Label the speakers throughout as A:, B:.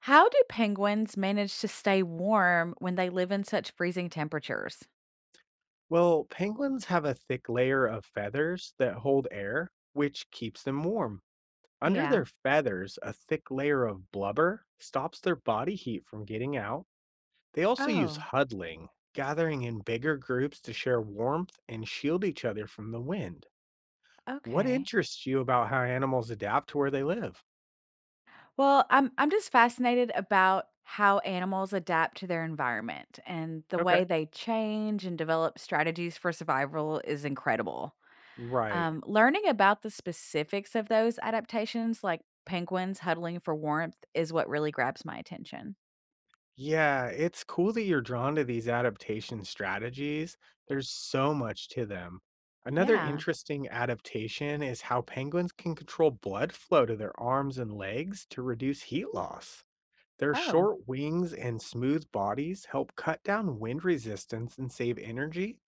A: How do penguins manage to stay warm when they live in such freezing temperatures?
B: Well, penguins have a thick layer of feathers that hold air, which keeps them warm. Under
A: Yeah.
B: their feathers, a thick layer of blubber stops their body heat from getting out. They also use
A: Oh,
B: huddling, gathering in bigger groups to share warmth and shield each other from the wind. What
A: okay.
B: interests you about how animals adapt to where they live?
A: Well, I'm just fascinated about how animals adapt to their environment, and the
B: Okay.
A: way they change and develop strategies for survival is incredible.
B: Right.
A: Learning about the specifics of those adaptations, like penguins huddling for warmth, is what really grabs my attention.
B: Yeah, it's cool that you're drawn to these adaptation strategies. There's so much to them. Another
A: Yeah.
B: interesting adaptation is how penguins can control blood flow to their arms and legs to reduce heat loss. Their
A: Oh.
B: short wings and smooth bodies help cut down wind resistance and save energy,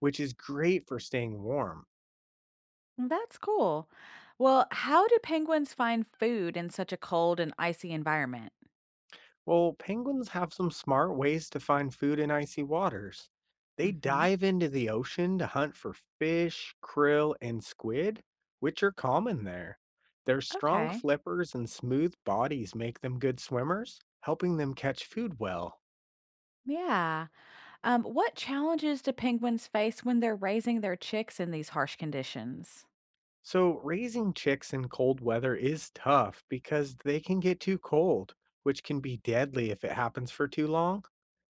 B: which is great for staying warm.
A: That's cool. Well, how do penguins find food in such a cold and icy environment?
B: Well, penguins have some smart ways to find food in icy waters. They
A: Hmm.
B: dive into the ocean to hunt for fish, krill, and squid, which are common there. Their strong
A: Okay.
B: flippers and smooth bodies make them good swimmers, helping them catch food well.
A: Yeah. What challenges do penguins face when they're raising their chicks in these harsh conditions?
B: So, raising chicks in cold weather is tough because they can get too cold, which can be deadly if it happens for too long.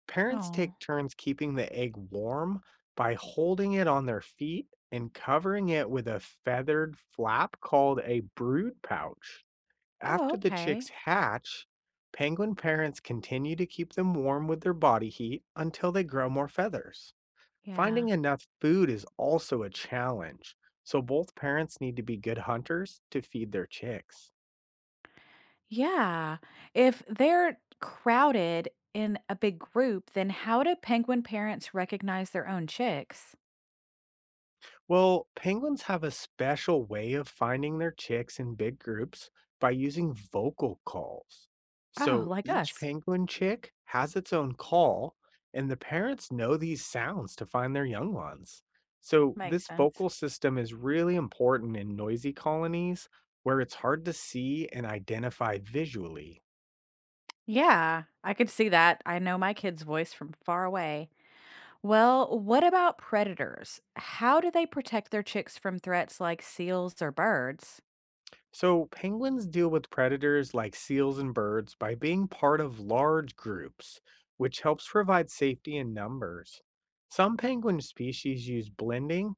B: Parents
A: Oh.
B: take turns keeping the egg warm by holding it on their feet and covering it with a feathered flap called a brood pouch.
A: Oh,
B: After the chicks
A: okay.
B: hatch, penguin parents continue to keep them warm with their body heat until they grow more feathers.
A: Yeah.
B: Finding enough food is also a challenge, so both parents need to be good hunters to feed their chicks.
A: Yeah. If they're crowded in a big group, then how do penguin parents recognize their own chicks?
B: Well, penguins have a special way of finding their chicks in big groups by using vocal calls.
A: Oh,
B: So
A: like
B: each
A: us.
B: penguin chick has its own call, and the parents know these sounds to find their young ones. So
A: Makes
B: this
A: sense.
B: vocal system is really important in noisy colonies where it's hard to see and identify visually.
A: Yeah, I could see that. I know my kid's voice from far away. Well, what about predators? How do they protect their chicks from threats like seals or birds?
B: So, penguins deal with predators like seals and birds by being part of large groups, which helps provide safety in numbers. Some penguin species use blending.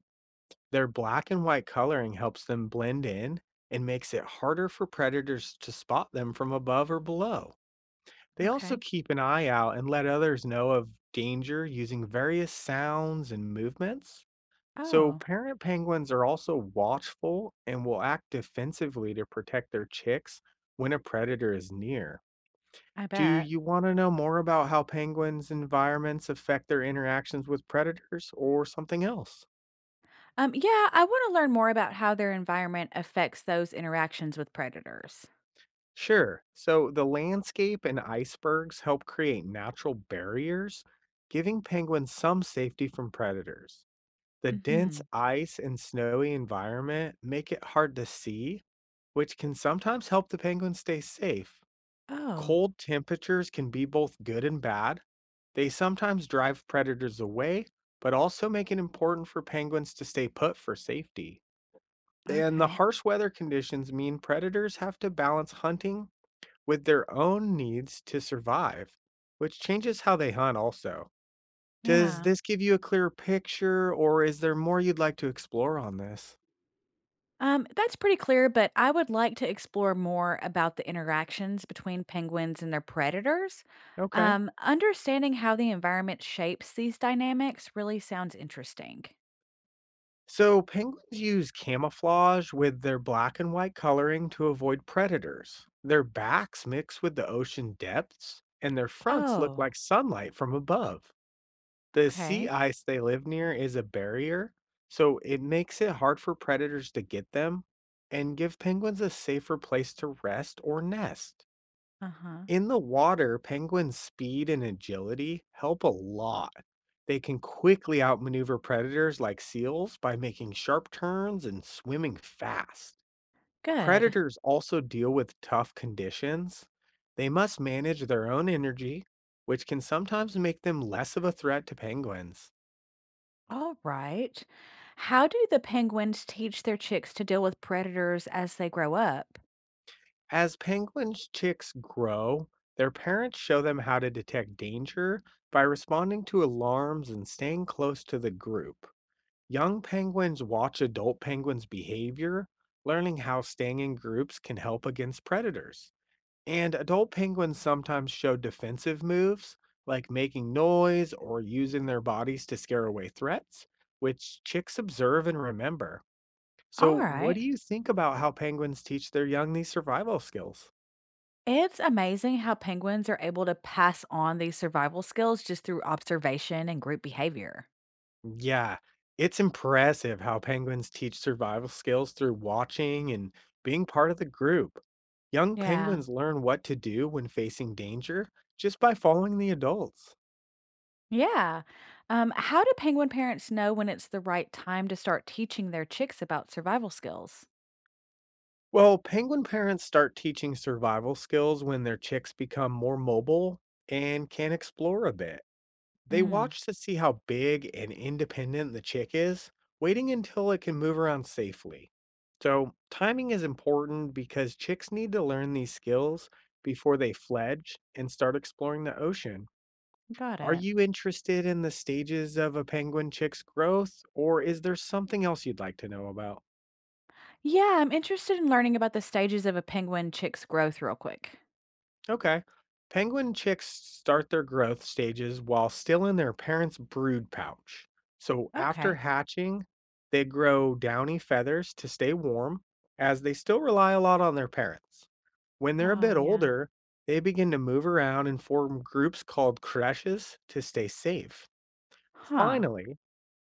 B: Their black and white coloring helps them blend in and makes it harder for predators to spot them from above or below. They also
A: Okay.
B: keep an eye out and let others know of danger using various sounds and movements. So,
A: Oh,
B: parent penguins are also watchful and will act defensively to protect their chicks when a predator is near.
A: I
B: Do
A: bet.
B: you want to know more about how penguins' environments affect their interactions with predators or something else?
A: Yeah, I want to learn more about how their environment affects those interactions with predators.
B: Sure. So, the landscape and icebergs help create natural barriers, giving penguins some safety from predators. The dense
A: Mhm.
B: ice and snowy environment make it hard to see, which can sometimes help the penguins stay safe.
A: Oh,
B: Cold temperatures can be both good and bad. They sometimes drive predators away, but also make it important for penguins to stay put for safety. And the
A: okay.
B: harsh weather conditions mean predators have to balance hunting with their own needs to survive, which changes how they hunt also. Does
A: Yeah.
B: this give you a clear picture, or is there more you'd like to explore on this?
A: That's pretty clear, but I would like to explore more about the interactions between penguins and their predators.
B: Okay.
A: Understanding how the environment shapes these dynamics really sounds interesting.
B: So, penguins use camouflage with their black and white coloring to avoid predators. Their backs mix with the ocean depths, and their fronts look like
A: Oh.
B: sunlight from above. The sea
A: Okay.
B: ice they live near is a barrier, so it makes it hard for predators to get them and give penguins a safer place to rest or nest.
A: Uh-huh.
B: In the water, penguins' speed and agility help a lot. They can quickly outmaneuver predators like seals by making sharp turns and swimming fast.
A: Good.
B: Predators also deal with tough conditions. They must manage their own energy, which can sometimes make them less of a threat to penguins.
A: All right. How do the penguins teach their chicks to deal with predators as they grow up?
B: As penguins' chicks grow, their parents show them how to detect danger by responding to alarms and staying close to the group. Young penguins watch adult penguins' behavior, learning how staying in groups can help against predators. And adult penguins sometimes show defensive moves, like making noise or using their bodies to scare away threats, which chicks observe and remember. So,
A: All
B: what
A: right.
B: do you think about how penguins teach their young these survival skills?
A: It's amazing how penguins are able to pass on these survival skills just through observation and group behavior.
B: Yeah, it's impressive how penguins teach survival skills through watching and being part of the group. Young
A: Yeah.
B: penguins learn what to do when facing danger just by following the adults.
A: Yeah. How do penguin parents know when it's the right time to start teaching their chicks about survival skills?
B: Well, penguin parents start teaching survival skills when their chicks become more mobile and can explore a bit. They
A: Mm,
B: watch to see how big and independent the chick is, waiting until it can move around safely. So, timing is important because chicks need to learn these skills before they fledge and start exploring the ocean.
A: got
B: Are
A: it.
B: you interested in the stages of a penguin chick's growth, or is there something else you'd like to know about?
A: Yeah, I'm interested in learning about the stages of a penguin chick's growth real quick.
B: Okay. Penguin chicks start their growth stages while still in their parents' brood pouch. So after
A: Okay.
B: hatching, they grow downy feathers to stay warm, as they still rely a lot on their parents. When they're a
A: Oh,
B: bit
A: yeah.
B: older, they begin to move around and form groups called creches to stay safe.
A: Huh.
B: Finally,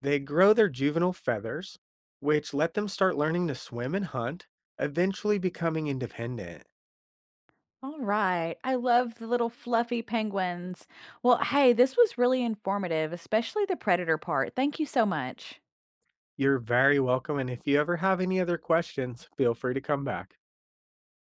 B: they grow their juvenile feathers, which let them start learning to swim and hunt, eventually becoming independent.
A: All right. I love the little fluffy penguins. Well, hey, this was really informative, especially the predator part. Thank you so much.
B: You're very welcome, and if you ever have any other questions, feel free to come back.